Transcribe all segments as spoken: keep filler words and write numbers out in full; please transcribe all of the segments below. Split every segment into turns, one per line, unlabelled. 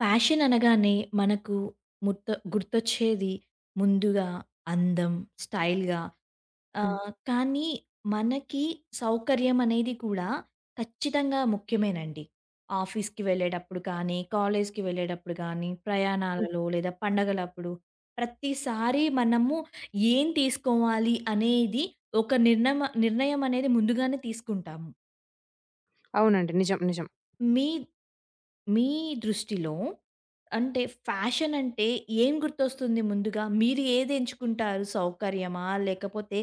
Fashion అనగానే మనకు ముర్త గుర్తొచ్చేది ముందుగా అందం, స్టైల్‌గా.
హ్మ్.
ఆహ్, కానీ మనకి సౌకర్యం అనేది కూడా ఖచ్చితంగా ముఖ్యమేనండి. ఆఫీస్‌కి వెళ్ళేటప్పుడు కానీ, కాలేజ్‌కి వెళ్ళేటప్పుడు కానీ,
హ్మ్.
ప్రయాణాలలో లేదా పండగలప్పుడు ప్రతిసారి మనము ఏం తీసుకోవాలి అనేది ఒక నిర్ణమ నిర్ణయం అనేది ముందుగానే తీసుకుంటాము.
అవునండి. నిజం. నిజం.
మీ మీ దృష్టిలో అంటే ఫ్యాషన్ అంటే ఏం గుర్తొస్తుంది ముందుగా? మీరు ఏది ఎంచుకుంటారు? సౌకర్యమా? లేకపోతే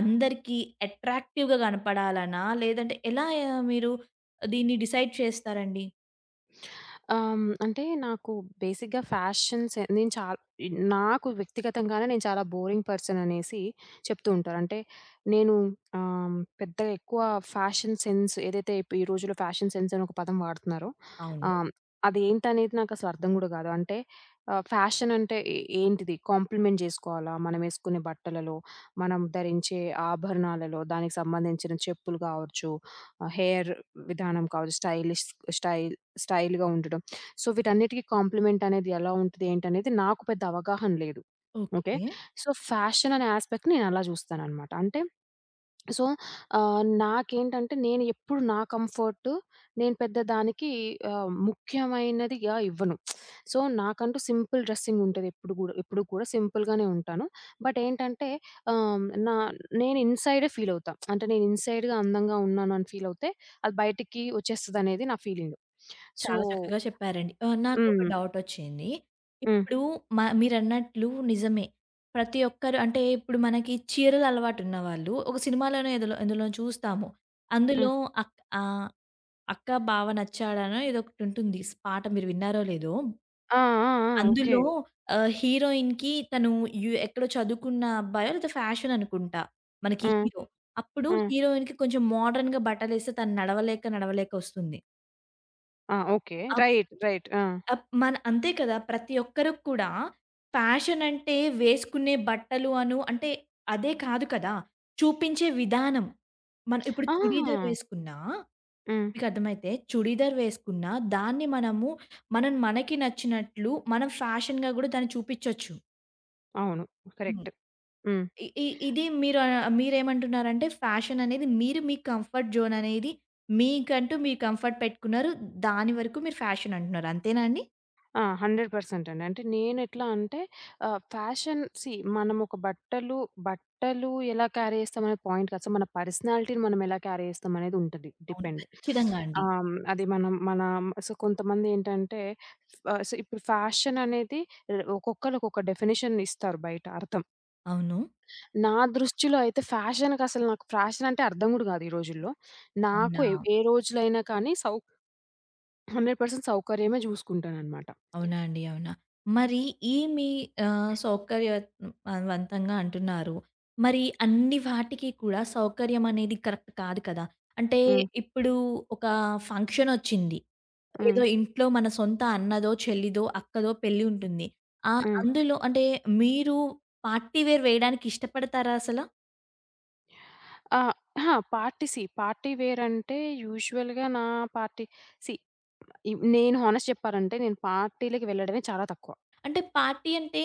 అందరికీ అట్రాక్టివ్‌గా కనపడాలనా? లేదంటే ఎలా ఆ, మీరు దీన్ని డిసైడ్ చేస్తారండి?
ఆహ్, హ్మ్. అంటే నాకు బేసిక్‌గా ఫ్యాషన్స్ నేను చాలా నాకు వ్యక్తిగతంగానే నేను చాలా బోరింగ్ పర్సన్ అనేసి చెప్తూ ఉంటారు. అంటే నేను ఆహ్, పెద్దగా ఎక్కువ ఫ్యాషన్ సెన్స్ ఏదైతే ఇప్పు- ఈ రోజుల్లో ఫ్యాషన్ సెన్స్ అని ఒక పదం వాడుతున్నారో,
అవును.
ఆహ్, అదేంటనేది నాకసలు అర్థం గూడా గాదు. అంటే ఆహ్, ఫ్యాషన్ అంటే ఏ ఏంటిది? కాంప్లిమెంట్ జేసుకోవాలా? మనమేసుకునే బట్టలలో, మనం ధరించే ఆభరణాలలో, దానికి సంబంధించిన చెప్పులు కావచ్చు, ఆహ్, హెయిర్ విధానం కావచ్చు, స్టైలిష్ స్టైల్ స్టైల్‌గా ఉండడం. సో, వీటన్నిటికి కాంప్లిమెంట్ అనేది ఎలా ఉంటది? ఏంటనేది నాకు పెద్ద అవగాహన లేదు. ఓకే.
ఓకే.
సో, ఫ్యాషన్ అనే యాస్పెక్ట్‌ని నేనలా జూస్తాననమాట. అంటే సో, ఆహ్, నాకేంటంటే నేను ఎప్పుడు నా కంఫర్ట్, నేను పెద్ద దానికి ఆహ్, ముఖ్యమైనదిగా ఇవ్వను. సో, నాకంటూ సింపుల్ డ్రెస్సింగ్ ఉంటది ఎప్పుడు గూడా. ఎప్పుడు కూడా సింపుల్‌గానే ఉంటాను. బట్ ఏంటంటే ఆహ్, నా నేను ఇన్‌సైడే ఫీల్ అవుతా. అంటే నేను ఇన్‌సైడ్‌గా అందంగా ఉన్నాను అని ఫీల్ అవుతే అది బయటికి వచ్చేస్తదనేది నా ఫీలింగ్. సో
చాలా చక్కగా చెప్పారండి. ఆహ్, నాకు ఒక
హ్మ్.
డౌట్ వచ్చింది.
హ్మ్.
ఇప్పుడు మ మీరన్నట్లు నిజమే. ప్రతి ఒక్కరు అంటే ఇప్పుడు మనకి చీరలు అలవాటు ఉన్నవాళ్ళు ఒక సినిమాలోనే ఎదలో ఎందులోనో చూస్తాము.
ఆ!
అందులో అక్ ఆహ్, 'అక్కా బావ నచ్చాడనో' ఏదో ఒకటుంటుంది స్ పాట మీరు విన్నారో లేదో.
ఆ! ఆ! ఆ! ఓకే.
అందులో ఆహ్, హీరోయిన్‌కి తను యు ఎక్కడో చదువుకున్న అబ్బాయో లేతే ఫ్యాషన్ అనుకుంటా మనకి
ఆ!
హీరో. అప్పుడు
ఆ!
హీరోయిన్‌కి కొంచెం మోడర్న్‌గా బట్టలేస్తే తను నడవలేక, నడవలేక ఒస్తుంది.
ఆ! ఓకే.
ఆ
రైట్. రైట్. ఆ!
అప్ మన అంతే కదా! ప్రతి ఒక్కరికి కూడా ఫ్యాషన్ అంటే వేసుకునే బట్టలు అను అంటే అదే కాదు కదా! చూపించే విధానం. మనం ఇప్పుడు
ఆ!
చుడీదార్ వేసుకున్నా
హ్మ్.
మీకర్థమైతే చుడీదార్ వేసుకున్నా దాన్ని మనము మనం మనకి నచ్చినట్లు మనం ఫ్యాషన్‌గా గూడా దాన్ని చూపించొచ్చు.
అవును.
హ్మ్.
కరెక్ట్. హ్మ్.
ఇ ఇ ఇది మీరు ఆహ్, మీరేమంటున్నారంటే ఫ్యాషన్ అనేది మీరు మీ కంఫర్ట్ జోన్ అనేది మీకంటూ మీ కంఫర్ట్ పెట్టుకున్నారు. దాని వరకు మీరు ఫ్యాషన్ అంటున్నారు. అంతేనా అండి?
ఆ! వంద శాతం అండి. అంటే నేనెట్లా అంటే ఆహ్, ఫ్యాషన్ సీ మనం ఒక బట్టలు బట్టలు ఎలా క్యారీ చేస్తామనే పాయింట్ కాదు. సో, మన పర్సనాలిటీని మనం ఎలా క్యారీ చేస్తాం అనేది ఉంటది.
అవును.
డిపెండ్.
ఖచ్చితంగా అండి.
ఆహ్, అది మనం మన సో, కొంతమంది ఏంటంటే ఆహ్, సో, ఇప్పుడు ఫ్యాషన్ అనేది ఒక్కొక్కళ్ళు ఒక్కొక్క డెఫినిషన్ ఇస్తారు బయట అర్థం.
అవును.
నా దృష్టిలో అయితే ఫ్యాషన్‌కసలు నాకు ఫ్యాషనంటే అర్థం గూడా గాదు ఈ రోజుల్లో. నాకు
అవునా?
ఏ ఏ రోజులైనా కానీ సౌ వంద శాతం సౌకర్యమే జూసుకుంటాననమాట.
అవునా అండి. అవునా? మరి ఈ మీ ఆహ్, సౌకర్యత్ వంతంగా అంటున్నారు. మరి అన్ని వాటికి కూడా సౌకర్యం అనేది కరెక్ట్ కాదు కదా! అంటే
హ్మ్.
ఇప్పుడు ఒక ఫంక్షనొచ్చింది.
హ్మ్.
ఏదో ఇంట్లో మన సొంత అన్నదో, చెల్లిదో, అక్కదో పెళ్లి ఉంటుంది. ఆహ్,
హ్మ్.
అందులో అంటే మీరు పార్టీ వేర్ వేయడానికి ఇష్టపడతారా అసల?
ఆ! అహా! పార్టీ సీ పార్టీ వేరంటే యూజువల్‌గా నా పార్టీ సీ ఇవ్ నేను హానెస్ట్ చెప్పాలంటే నేను పార్టీలకి వెళ్ళడమే చాలా తక్కువ.
అంటే పార్టీ అంటే,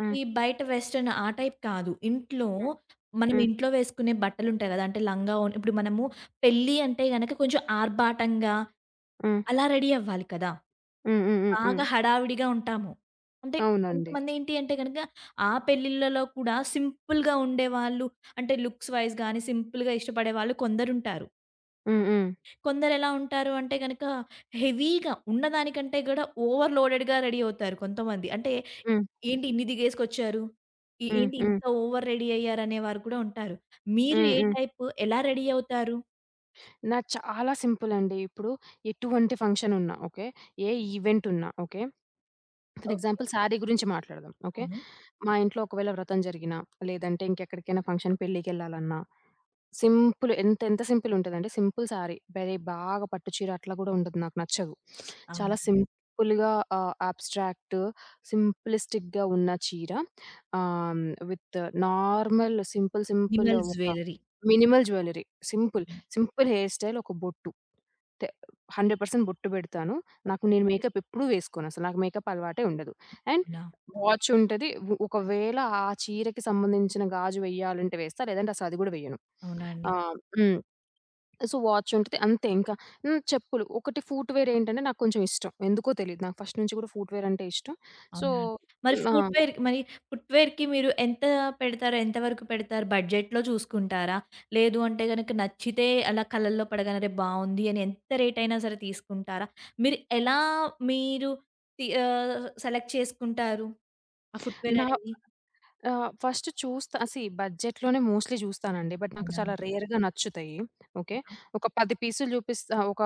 హ్మ్.
బయట వెస్టర్న్ ఆ టైప్ కాదు. ఇంట్లో
హ్మ్.
మనం
హ్మ్.
ఇంట్లో వేసుకునే బట్టలుంటాయి గదా! అంటే లంగా, ఓణి ఇప్పుడు మనము పెళ్లి అంటే గనక కొంచెం ఆర్భాటంగా
హ్మ్.
అలా రెడీ అవ్వాలి కదా!
హ్మ్. హ్మ్. హ్మ్.
బాగా హడావిడిగా ఉంటాము. అంటే
అవునండి.
కొంతమందేంటి అంటే గనక ఆ పెళ్ళిళ్ళలో కూడా సింపుల్‌గా ఉండేవాళ్ళు అంటే లుక్స్ వైస్ గానీ, సింపుల్‌గా ఇష్టపడేవాళ్ళు కొందరుంటారు.
హ్మ్. హ్మ్.
కొందరెలా ఉంటారు అంటే గనక హెవీగా ఉన్నదానికంటే గూడా ఓవర్ లోడెడ్‌గా రెడీ అవుతారు కొంతమంది. అంటే
హ్మ్.
ఏంటి ఇన్ని దిగేసుకొచ్చారు? ఎ
హ్మ్.
ఏంటి
హ్మ్.
ఇంత ఓవర్ రెడీ అయ్యారనేవారు కూడా ఉంటారు. మీరు
హ్మ్.
ఏ
హ్మ్.
టైపు? ఎలా రెడీ అవుతారు?
నాది చాలా సింపులండి. ఇప్పుడు ఎటువంటి ఫంక్షనున్నా ఓకే. ఏ ఈవెంటున్నా okay. For
okay.
Example sari గురించి మాట్లాడదాం. ఓకే.
అవును.
మా ఇంట్లో ఒకవేళ వ్రతం జరిగినా, లేదంటే ఇంకెక్కడికైనా ఫంక్షన్ పెళ్ళికెళ్ళాలన్నా, సింపుల్, ఎంత ఎంత సింపుల్ ఉంటదంటే సింపుల్ శారీ. వెరీ బాగా పట్టు చీర అట్లా గూడా ఉండదు. నాకు నచ్చదు. చాలా
అవునా?
సింపుల్‌గా, ఆహ్, అబ్‌స్ట్రాక్ట్, సింప్లిస్టిక్‌గా ఉన్న చీర, ah, with normal simple simple
minimal
ఒక
jewellery.
Minimal jewellery. Simple.
Hmm.
Simple hair style, ఒక బొట్టు. తె వంద శాతం బొట్టు పెడతాను. నాకు నేను హ్మ్. మేకప్ ఎప్పుడూ వేసుకోనసలు. నాకు మేకప్ అలవాటే ఉండదు. అండ్
అవునా?
వాచ్ ఉంటది. ఉ ఒకవేళ ఆ చీరకి సంబంధించిన గాజు వేయాలంటే వేస్తా. లేదంటే అసలు అది గూడా వేయను.
అవునా అండి?
ఆహ్, హ్మ్. సో, వాచ్ ఉంటది. అంతే ఇంకా. హ్మ్. చెప్పులు ఒకటి, ఫూట్‌వేర్ ఏంటంటే నాకు కొంచెం ఇష్టం. ఎందుకో తెలీదు. నాకు ఫస్ట్ నుంచి గూడా ఫూట్‌వేర్ అంటే ఇష్టం. సో,
అవునా అండి? మరి
నా
ఫుట్‌వేర్ మరి ఫుట్‌వేర్‌కి మీరు ఎంత పెడతారు? ఎంత వరకు పెడతారు? బడ్జెట్‌లో చూసుకుంటారా? లేదు అంటే గనక నచ్చితే అలా కళ్ళల్లో పడగానే అరె! బావుంది అని ఎంత రేట్ అయినా సరే తీసుకుంటారా? మీరు ఎలా మీరు తి ఆహ్, సెలెక్ట్ చేసుకుంటారు? ఆ ఫుట్‌వేర్
నా
అనేది?
ఆహ్, ఫస్ట్ చూస్తా, సీ బడ్జెట్‌లోనే మోస్ట్‌లీ చూస్తానండి. బట్ నాకు
అవునా అండి?
చాలా రేర్‌గా నచ్చుతాయి. ఓకే. ఒక పది పీసులు చూపిస్తా, ఒక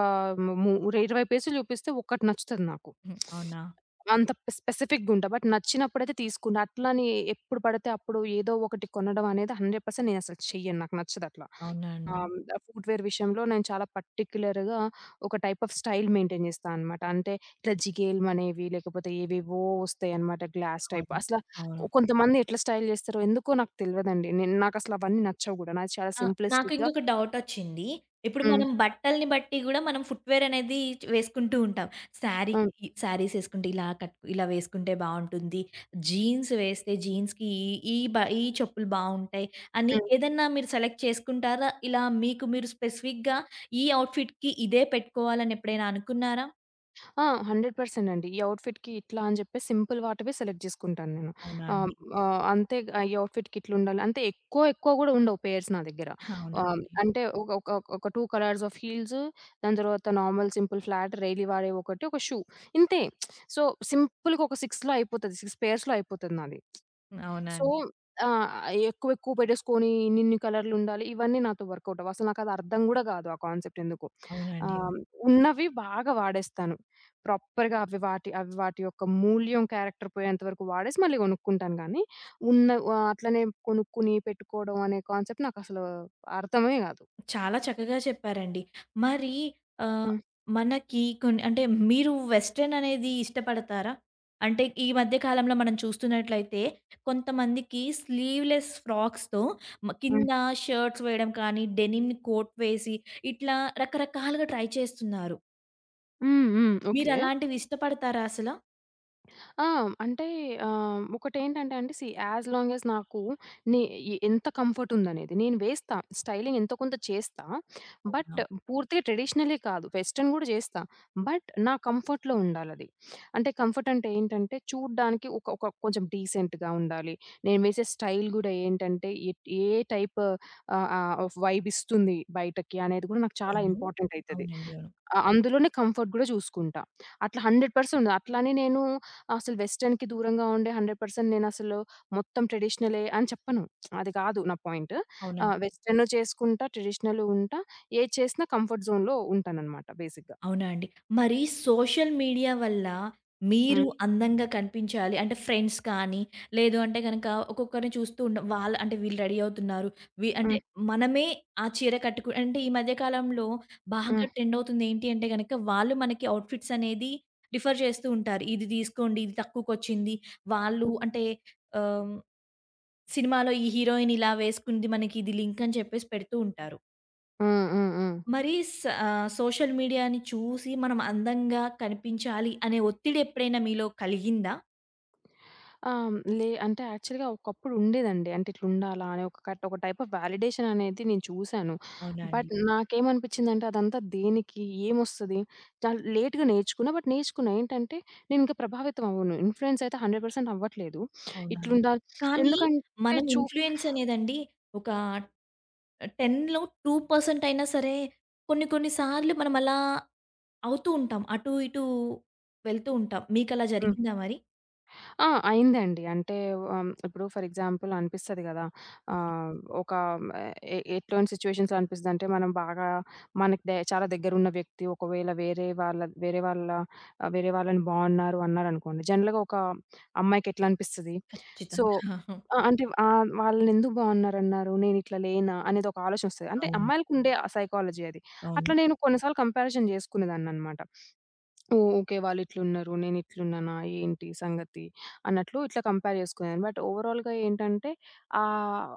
ము ఇరవై పీసులు చూపిస్తే ఒక్కటి నచ్చుతది నాకు.
హ్మ్. అవునా?
అంత స్పెసిఫిక్‌గుంటా. బట్ నచ్చినప్పుడైతే తీసుకుంటా. అట్లని ఎప్పుడు పడితే అప్పుడు ఏదో ఒకటి కొనడం అనేది వంద శాతం నేనసలు చెయ్యను. నాకు నచ్చదట్లా.
అవునా అండి.
ఆహ్, హ్మ్. ఫుట్‌వేర్ విషయంలో నేను చాలా పర్టిక్యులర్‌గా ఒక టైప్ ఆఫ్ స్టైల్ మెయింటైన్ చేస్తా అనమాట. అంటే ఇట్లా జిగేల్‌మ్ అనేవి, లేకపోతే ఏవేవో వస్తాయన్నమాట గ్లాస్ టైప్.
అవును.
అసల
అవును.
కొంతమంది ఎట్లా స్టైల్ చేస్తారో ఎందుకో నాకు తెల్వదండి. నేను, నాకసలు అవన్నీ నచ్చవు గూడా. నాది చాలా
ఆ! నాకు
సింప్లిస్టిక్‌గా.
ఇంకొక డౌటొచ్చింది. ఇప్పుడు
హ్మ్.
మనం బట్టల్ని బట్టి గూడా మనం ఫుట్‌వేర్ అనేది చ్ వేసుకుంటూ ఉంటాం.
హ్మ్.
శారీకి శారీస్ ఏసుకుంటే ఇలా కట్ ఇలా వేసుకుంటే బావుంటుంది. జీన్స్ వేస్తే జీన్స్‌కి ఈ ఈ బ ఈ చెప్పులు బావుంటాయి అని
హ్మ్.
ఏదన్నా మీరు సెలెక్ట్ చేసుకుంటారా? ఇలా మీకు మీరు స్పెసిఫిక్‌గా ఈ ఔట్‌ఫిట్‌కి ఇదే పెట్టుకోవాలని ఎప్పుడైనా అనుకున్నారా?
ఆ! వంద శాతం అండి. ఈ అవుట్‌ఫిట్‌కి ఇట్లా అని చెప్పేసి సింపుల్ వాటివే సెలెక్ట్ చేసుకుంటాను నేను.
అవునా
ఆహ్,
అండి.
ఆహ్, అంతే, ఈ అవుట్‌ఫిట్‌కి ఇట్లుండాలి. అంటే ఎక్కువ ఎక్కువ కూడా ఉండవు పెయిర్స్ నా దగ్గర. ఆహ్,
అవునండి.
అంటే ఒక ఒక ఒక రెండు కలర్స్ ఆఫ్ హీల్స్, దాని తర్వాత నార్మల్ సింపుల్ ఫ్లాట్ డైలీ వాడేవి ఒకటి, ఒక షూ, ఇంతే. సో, సింపుల్‌గా ఒక 6లో అయిపోతది. ఆరు పెయిర్స్‌లో అయిపోతది నాది. సో,
అవునండి.
ఆ! ఎక్కువ ఎక్కువ పెట్టేసుకొని ఇన్నిన్ని కలర్‌లుండాలి ఇవన్నీ నాతో వర్కౌట్ అవ్వవు. అసలు నాకది అర్థం కూడా కాదు ఆ కాన్సెప్ట్ ఎందుకో.
అవునండి.
ఆహ్, ఉన్నవి బాగా వాడేస్తాను. ప్రాపర్‌గా అవి వాటి అవి వాటి యొక్క మూల్యం, క్యారెక్టర్ పోయేంత వరకు వాడేసి మళ్ళీ కొనుక్కుంటాను గానీ, ఉన్న ఆహ్, అట్లనే కొనుక్కుని పెట్టుకోవడం అనే కాన్సెప్ట్ నాకసలు అర్థమే గాదు.
చాలా చక్కగా చెప్పారండి. మరి ఆహ్,
హ్మ్.
మనకి కొన్ని అంటే మీరు వెస్టర్న్ అనేది ఇష్టపడతారా? అంటే ఈ మధ్య కాలంలో మనం చూస్తున్నట్లయితే కొంతమందికి స్లీవ్‌లెస్ ఫ్రాక్స్‌తో మ
హ్మ్.
కింద షర్ట్స్ వేయడం కానీ, డెనిమ్ కోట్ వేసి ఇట్లా రకరకాలుగా ట్రై చేస్తున్నారు.
హ్మ్. హ్మ్. ఓకే.
మీరలాంటివి ఇష్టపడతారా అసల?
ఆ! అంటే ఆహ్, ఒకటేంటంటే అండి, సీ యాస్ లాంగ్ యాస్ నాకు నే ఎ ఎంత కంఫర్ట్ ఉందనేది, నేను వేస్తా. స్టైలింగ్ ఎంతో కొంత చేస్తా.
అవునా!
బట్ పూర్తిగా ట్రెడిషనలే కాదు. వెస్టర్న్ గూడా చేస్తా. బట్ నా కంఫర్ట్‌లో ఉండాలది. అంటే కంఫర్ట్ అంటే ఏంటంటే చూడ్డానికి ఒక ఒక కొంచెం డీసెంట్‌గా ఉండాలి. నేను వేసే స్టైల్ గూడా ఏంటంటే ఎట్ ఏ టైప్ ఆహ్, ఆహ్, ఆఫ్ వైబ్ ఇస్తుంది బయటకి అనేది గూడా నాకు చాలా
అవును.
ఇంపార్టెంట్ అయితది.
అవునండి. అవును.
ఆ! అందులోనే కంఫర్ట్ గూడా చూసుకుంటా. అట్లా వంద శాతం అట్లని నేను అసలు వెస్టర్న్‌కి దూరంగా ఉండే వంద శాతం నేనసలు మొత్తం ట్రెడిషనలే అని చెప్పను. అది కాదు నా పాయింట్.
అవునండి.
ఆహ్, వెస్టర్న్ చేసుకుంటా, ట్రెడిషనల్ ఉంటా. ఏది చేసినా కంఫర్ట్ జోన్‌లో ఉంటాననమాట బేసిక్‌గా.
అవునా అండి. మరి సోషల్ మీడియా వల్ల మీరు
హ్మ్.
అందంగా కనిపించాలి అంటే ఫ్రెండ్స్ కానీ, లేదు అంటే గనక ఒక్కొక్కరిని చూస్తూ ఉంటాం. వాళ్ళ అంటే వీళ్ళు రెడీ అవుతున్నారు. వి అంటే
హ్మ్.
మనమే ఆ చీర కట్టుకు అంటే ఈ మధ్య కాలంలో బాగా
హ్మ్.
ట్రెండ్ అవుతుంది ఏంటి అంటే గనక వాళ్ళు మనకి అవుట్‌ఫిట్స్ అనేది రిఫర్ చేస్తూ ఉంటారు. ఇది తీసుకోండి, ఇది తక్కువకొచ్చింది. వాళ్ళు
హ్మ్.
అంటే ఆహ్, సినిమాలో ఈ హీరోయిన్ ఇలా వేసుకుంది మనకి ఇది లింక్ అని చెప్పేసి పెడుతూ ఉంటారు.
హ్మ్. హ్మ్. హ్మ్.
మరి స ఆహ్, సోషల్ మీడియాని చూసి మనం అందంగా కనిపించాలి అనే ఒత్తిడి ఎప్పుడైనా మీలో కలిగిందా?
ఆ! లే అంటే యాక్చువల్‌గా ఒకప్పుడు ఉండేదండి. అంటే ఇట్లుండాలా అని ఒక కట్ ఒక టైప్ ఆఫ్ వాలిడేషన్ అనేది నేను చూసాను.
అవునా అండి.
బట్ నాకేమనిపించిందంటే అదంతా దేనికి? ఏమొస్తది? చాలా లేట్‌గా నేర్చుకున్నా. బట్ నేర్చుకున్నా. ఏంటంటే నేను ఇంకా ప్రభావితం అవ్వను. ఇన్‌ఫ్లుయెన్స్ అయితే వంద శాతం అవ్వట్లేదు.
అవునా అండి.
ఇట్లుండాలి
కానీ
ఎందుకంటే
మనం
చూ
ఇన్‌ఫ్లూయెన్స్ అనేదండి ఒక పదిలో రెండు శాతం అయినా సరే కొన్ని కొన్ని సార్లు మనం అలా అవుతూ ఉంటాం. అటు ఇటు వెళ్తూ ఉంటాం. మీకలా జరిగిందా మరి?
ఆ! అయిందండి. అంటే ఆహ్, ఇప్పుడు ఫర్ ఎగ్జాంపుల్ అనిపిస్తది గదా!
అవును.
ఆహ్, ఒక ఎ ఎట్లాంటి సిట్యుయేషన్స్‌లో అనిపిస్తదంటే, మనం బాగా, మనకి దె చాలా దగ్గరున్న వ్యక్తి ఒకవేళ వేరే వాళ్ళ వేరే వాళ్ళ ఆహ్, వేరే వాళ్ళని బాగున్నారు అన్నారనుకోండి, జనరల్‌గా ఒక అమ్మాయికి ఎట్లా అనిపిస్తది? సో
ఖచ్చితంగా. ఆహా!
ఆ! అంటే ఆహ్, వాళ్ళనెందుకు బాగున్నారన్నారు? నేనిట్లా లేనా? అనేది ఒక ఆలోచనొస్తది. అంటే
అవును.
అమ్మాయిలకుండే ఆ సైకాలజీ అది.
అవును.
అట్లా నేను కొన్నిసార్లు కంపారిజన్ జేసుకునేదాన్ననమాట. ఓహ్! ఓకే. వాళ్ళిట్లున్నారు, నేనిట్లున్నానా, ఏంటి సంగతి అన్నట్లు ఇట్లా కంపేర్ చేసుకునేదాన్ని. బట్ ఓవరాల్‌గా ఏంటంటే ఆహ్,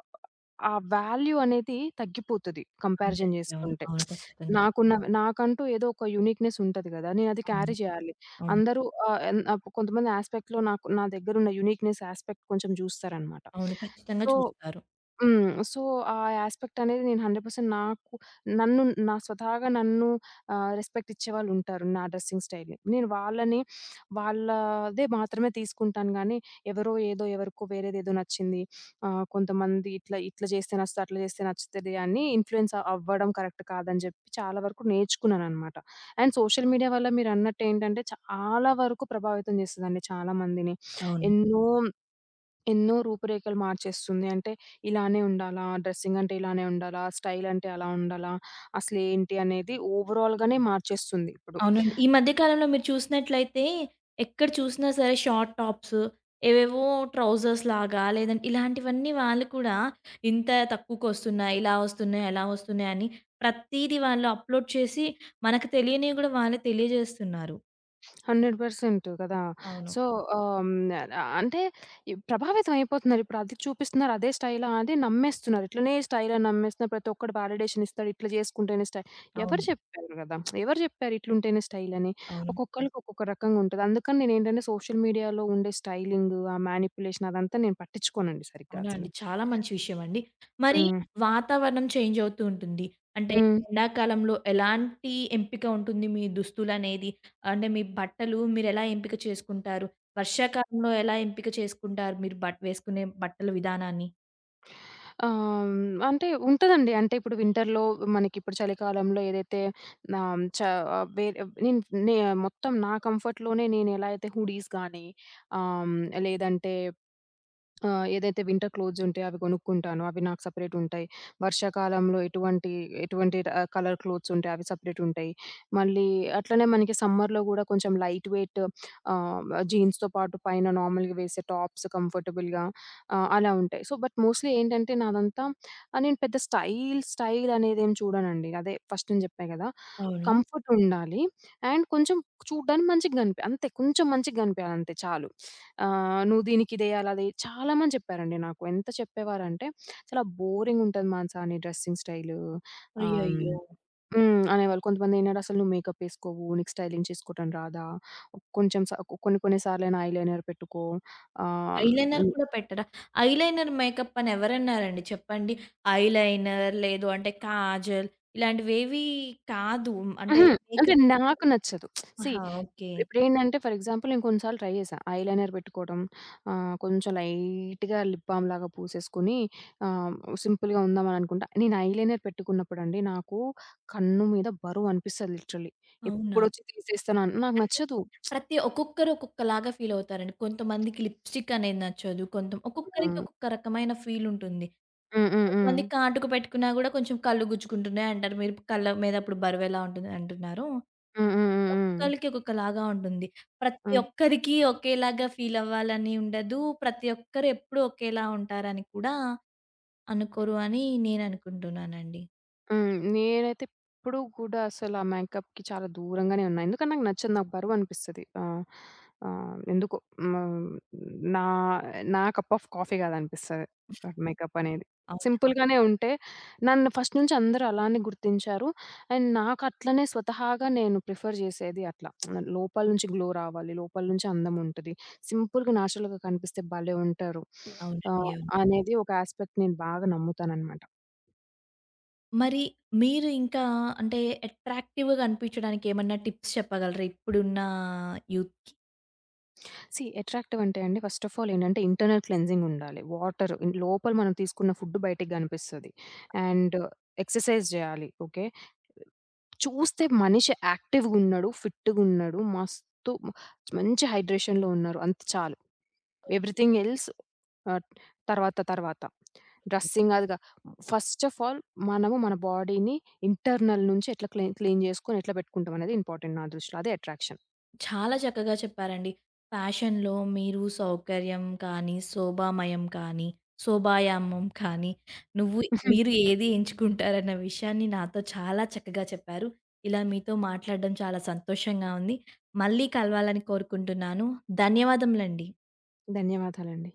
ఆ వాల్యూ అనేది తగ్గిపోతది
అవునండి.
కంపారిజన్
అవును.
జేసుకుంటే.
అవును. ఖచ్చితంగా.
నాకున్న నాకంటూ ఏదో ఒక యూనిక్‌నెస్ ఉంటది గదా! నేనది
అవును.
క్యారీ జేయాలి.
అవును.
అందరూ ఆహ్, ఎన్ కొంతమంది యాస్పెక్ట్‌లో నాకు నా దగ్గరున్న యూనిక్‌నెస్ యాస్పెక్ట్ కొంచెం జూస్తారనమాట.
అవును. ఖచ్చితంగా
సో
చూస్తారు.
హ్మ్. సో, ఆ యాస్పెక్ట్ అనేది నేను వంద శాతం నాకు నన్ను నా స్వతహాగా నన్ను ఆహ్, రెస్పెక్ట్ ఇచ్చేవాళ్ళుంటారు నా డ్రెస్సింగ్ స్టైల్‌ని. నేను వాళ్ళని వాళ్ళదే మాత్రమే తీసుకుంటాను గానీ, ఎవరో ఏదో ఎవరికో వేరేదేదో నచ్చింది. ఆహ్, కొంతమంది ఇట్లా ఇట్లా జేస్తే నచ్చుతది, అట్లా జేస్తే నచ్చుతది అని ఇన్‌ఫ్లుయెన్స్ అవ్వడం కరెక్ట్ కాదని జెప్పి చాలా వరకు నేర్చుకున్నాననమాట. అండ్ సోషల్ మీడియా వల్ల మీరన్నట్టేంటంటే చాలా వరకు ప్రభావితం జేస్తదండి చాలా మందిని.
అవును.
ఎన్నో ఎన్నో రూపురేఖలు మార్చేస్తుంది. అంటే ఇలానే ఉండాలా? డ్రెసింగ్ అంటే ఇలానే ఉండాలా? స్టైల్ అంటే అలా ఉండాలా? అసలేంటి అనేది ఓవరాల్‌గానే మార్చేస్తుంది ఇప్పుడు.
అవునండి. ఈ మధ్య కాలంలో మీరు చూసినట్లయితే ఎక్కడ చూసినా సరే షార్ట్ టాప్స్, ఏవేవో ట్రౌజర్స్ లాగా లేదంటే ఇలాంటివన్నీ వాళ్ళు కూడా ఇంత తక్కువకొస్తున్నాయి, ఇలా వస్తున్నాయి, అలా వస్తున్నాయి అని ప్రతీది వాళ్ళు అప్‌లోడ్ చేసి మనకు తెలియనివి గూడా వాళ్ళే తెలియజేస్తున్నారు.
వంద శాతం కదా!
అవును.
సో, ఆహ్, హ్మ్. అంటే ఈ ప్రభావితం అయిపోతున్నారు. ఇప్పుడు అది చూపిస్తున్నారు అదే స్టైలా అది నమ్మేస్తున్నారు. ఇట్లనే స్టైల్ అని నమ్మేస్తున్నారు. ప్రతి ఒక్కడు వాలిడేషన్ ఇస్తాడు. ఇట్లా చేసుకుంటేనే స్టైల్. ఎవరు
అవును.
చెప్పారు కదా! ఎవరు చెప్పారు ఇట్లుంటేనే స్టైల్ అని?
అవును.
ఒక్కొక్కళ్ళకి ఒక్కొక్క రకంగా ఉంటది. అందుకని నేనేంటంటే సోషల్ మీడియాలో ఉండే స్టైలింగ్, ఆ మ్యానిప్యులేషన్ అదంతా నేను పట్టించుకోనండి సరిగ్గా
అవునా
అసలు.
అండి. చాలా మంచి విషయమండి. మరి హ్మ్.
హ్మ్.
వాతావరణం చేంజ్ అవుతూ ఉంటుంది. అంటే హ్మ్.
హ్మ్.
ఎండాకాలంలో ఎలాంటి ఎంపిక ఉంటుంది మీ దుస్తులనేది? అంటే మీ బట్టలు మీరెలా ఎంపిక చేసుకుంటారు? వర్షాకాలంలో ఎలా ఎంపిక చేసుకుంటారు మీరు బట్ వేసుకునే బట్టల విధానాన్ని?
ఆహ్, అంటే ఉంటదండి. అంటే ఇప్పుడు వింటర్‌లో, మనకిప్పుడు చలికాలంలో ఏదైతే ఆహ్, చ ఆ, వేరే నేను నే మొత్తం నా కంఫర్ట్‌లోనే నేనెలా అయితే హుడీస్ గానీ, ఆహ్, లేదంటే ఆ! ఏదైతే వింటర్ క్లోత్స్ ఉంటాయో అవి కొనుక్కుంటాను. అవి నాకు సెపరేట్ ఉంటాయి. వర్షాకాలంలో ఎటువంటి, ఎటువంటి ఆహ్, కలర్ క్లోత్స్ ఉంటాయి అవి సెపరేట్ ఉంటాయి. మళ్ళీ అట్లనే మనకి సమ్మర్‌లో గూడా కొంచెం లైట్ వెయిట్, ఆహ్, జీన్స్‌తో పాటు పైన నార్మల్‌గా వేసే టాప్స్ కంఫర్టబుల్‌గా ఆహ్, అలా ఉంటాయి. సో, బట్ మోస్ట్‌లీ ఏంటంటే నాదంతా ఆహ్, నేను పెద్ద స్టైల్, స్టైల్ అనేదేం చూడనండి. అదే ఫస్ట్ నేను జెప్పా గదా!
అవును.
కంఫర్ట్ ఉండాలి. అండ్ కొంచెం చూడ్డానికి మంచిగా గనిపి అంతే కొంచెం మంచిగా గనిపియాలంతే చాలు. ఆహ్, "నువ్వు దీనికిదేయాలి, అదేయి" చాలా మంది చెప్పారండి నాకు. ఎంత చెప్పేవారంటే, "చాలా బోరింగుంటది మానసా నీ డ్రెస్సింగ్ స్టైలు", ఆహ్, హ్మ్.
అయ్యయ్యో!
హ్మ్. అనేవాళ్ళు. కొంతమంది ఏంటంటే, "అసలు నువ్వు మేకప్ ఏసుకోవు, నీకు స్టైలింగ్ చేసుకోవటం రాదా? కొంచెం స కొన్ని కొన్ని సార్లైనా ఐలైనర్ పెట్టుకో". ఆహ్,
ఐలైనర్ కూడా పెట్టరా? ఐలైనర్ మేకప్ అని ఎవరన్నారండి చెప్పండి? ఐలైనర్ లేదు అంటే కాజల్ ఇలాంటివేవి కాదు. అంటే
హ్మ్. అంటే
మేకప్
నాకు నచ్చదు. సీ
ఆహా! ఓకే.
ఇప్పుడేంటంటే ఫర్ ఎగ్జాంపుల్ నేను కొన్ని సార్లు ట్రై చేశా. ఐలైనర్ పెట్టుకోవడం, ఆహ్, కొంచెం లైట్‌గా లిప్ బామ్ లాగా పూసేసుకొని ఆహ్, సింపుల్‌గా ఉందామని అనుకుంటా. నేను ఐలైనర్ పెట్టుకున్నప్పుడండి నాకు కన్ను మీద బరువు అనిపిస్తది లిటరల్లీ.
అవునా?
ఎప్పుడొచ్చి తీసేస్తానా, నాకు
అంటే
నచ్చదు.
ప్రతి ఒక్కొక్కరు ఒక్కొక్కలాగా ఫీలవుతారండి. కొంతమందికి లిప్‌స్టిక్ అనేది నచ్చదు. కొంత ఒక్కొక్కరికి
ఆ!
ఒక్కొక్క రకమైన ఫీలుంటుంది.
హ్మ్. హ్మ్. హ్మ్. హ్మ్.
కొంతమంది కాటుక పెట్టుకున్నా గూడా కొంచెం కళ్ళు గుచ్చుకుంటున్నాయి అంటారు. మీరు కళ్ళ మీద అప్పుడు బరువెలా ఉంటుంది అంటున్నారు.
హ్మ్. హ్మ్. హ్మ్.
ఒక్కొక్కళ్ళకి ఒక్కొక్కలాగా ఉంటుంది. ప్రతి
హ్మ్.
ఒక్కరికి ఒకేలాగా ఫీలవ్వాలని ఉండదు. ప్రతి ఒక్కరు ఎప్పుడు ఒకేలా ఉంటారని కూడా అనుకోరు అని నేననుకుంటున్నానండి.
హ్మ్. నేనైతే ఇప్పుడు కూడా అసలు ఆ మేకప్‌కి చాలా దూరంగానే ఉన్నా. ఎందుకంటే నాకు నచ్చదు. నాకు బరువనిపిస్తది. ఆహ్, ఆహ్, ఎందుకో హ్మ్. నా నా కప్ ఆఫ్ కాఫీ కాదనిపిస్తది, మేకప్ అనేది.
అవునా?
సింపుల్‌గానే ఉంటే నన్ను ఫస్ట్ నుంచి అందరూ అలానే గుర్తించారు. అండ్ నాకు అట్లనే స్వతహాగా నేను ప్రిఫర్ చేసేది అట్లా. లోపల నుంచి గ్లో రావాలి. లోపల నుంచి అందం ఉంటది. సింపుల్‌గా, నేచురల్‌గా కనిపిస్తే భలే ఉంటారు.
అవునండి.
ఆహ్,
అవును.
అనేది ఒక యాస్పెక్ట్ నేను బాగా నమ్ముతాననమాట.
మరి మీరు ఇంకా అంటే అట్రాక్టివ్‌గా అనిపించడానికి ఏమన్నా టిప్స్ చెప్పగలరా? ఇప్పుడున్న యూత్‌కి?
సీ అట్రాక్టివ్ అంటే అండి ఫస్ట్ ఆఫ్ ఆల్ ఏంటంటే ఇంటర్నల్ క్లెన్జింగ్ ఉండాలి. వాటర్ ఇన్, లోపల మనం తీసుకున్న ఫుడ్ బయటికి గనిపిస్తది. అండ్ ఎక్సర్‌సైజ్ జేయాలి. ఓకే. చూస్తే మనిషి యాక్టివ్‌గున్నడు, ఫిట్‌గున్నడు, మస్తు మంచి హైడ్రేషన్‌లో ఉన్నారు. అంత చాలు. ఎవ్రీథింగ్ ఎల్స్ ఆహ్, తర్వాత తర్వాత.
ఓకే.
డ్రెస్సింగ్ అదిగా. ఫస్ట్ ఆఫ్ ఆల్ మనము మన బాడీని ఇంటర్నల్ నుంచి ఎట్లా క్లీన్ క్లీన్ జేసుకొని ఎట్లా పెట్టుకుంటాం అనేది ఇంపార్టెంట్ నా దృష్టిలో. అదే అట్రాక్షన్.
చాలా చక్కగా చెప్పారండి. ఫ్యాషన్‌లో మీరు సౌకర్యం కానీ, శోభామయం కానీ, శోభాయామం కానీ, నువ్వు మీరు ఏది ఎంచుకుంటారన్న విషయాన్ని నాతో చాలా చక్కగా చెప్పారు. ఇలా మీతో మాట్లాడడం చాలా సంతోషంగా ఉంది. మళ్ళీ కలవాలని కోరుకుంటున్నాను. ధన్యవాదములండి.
ధన్యవాదాలండి.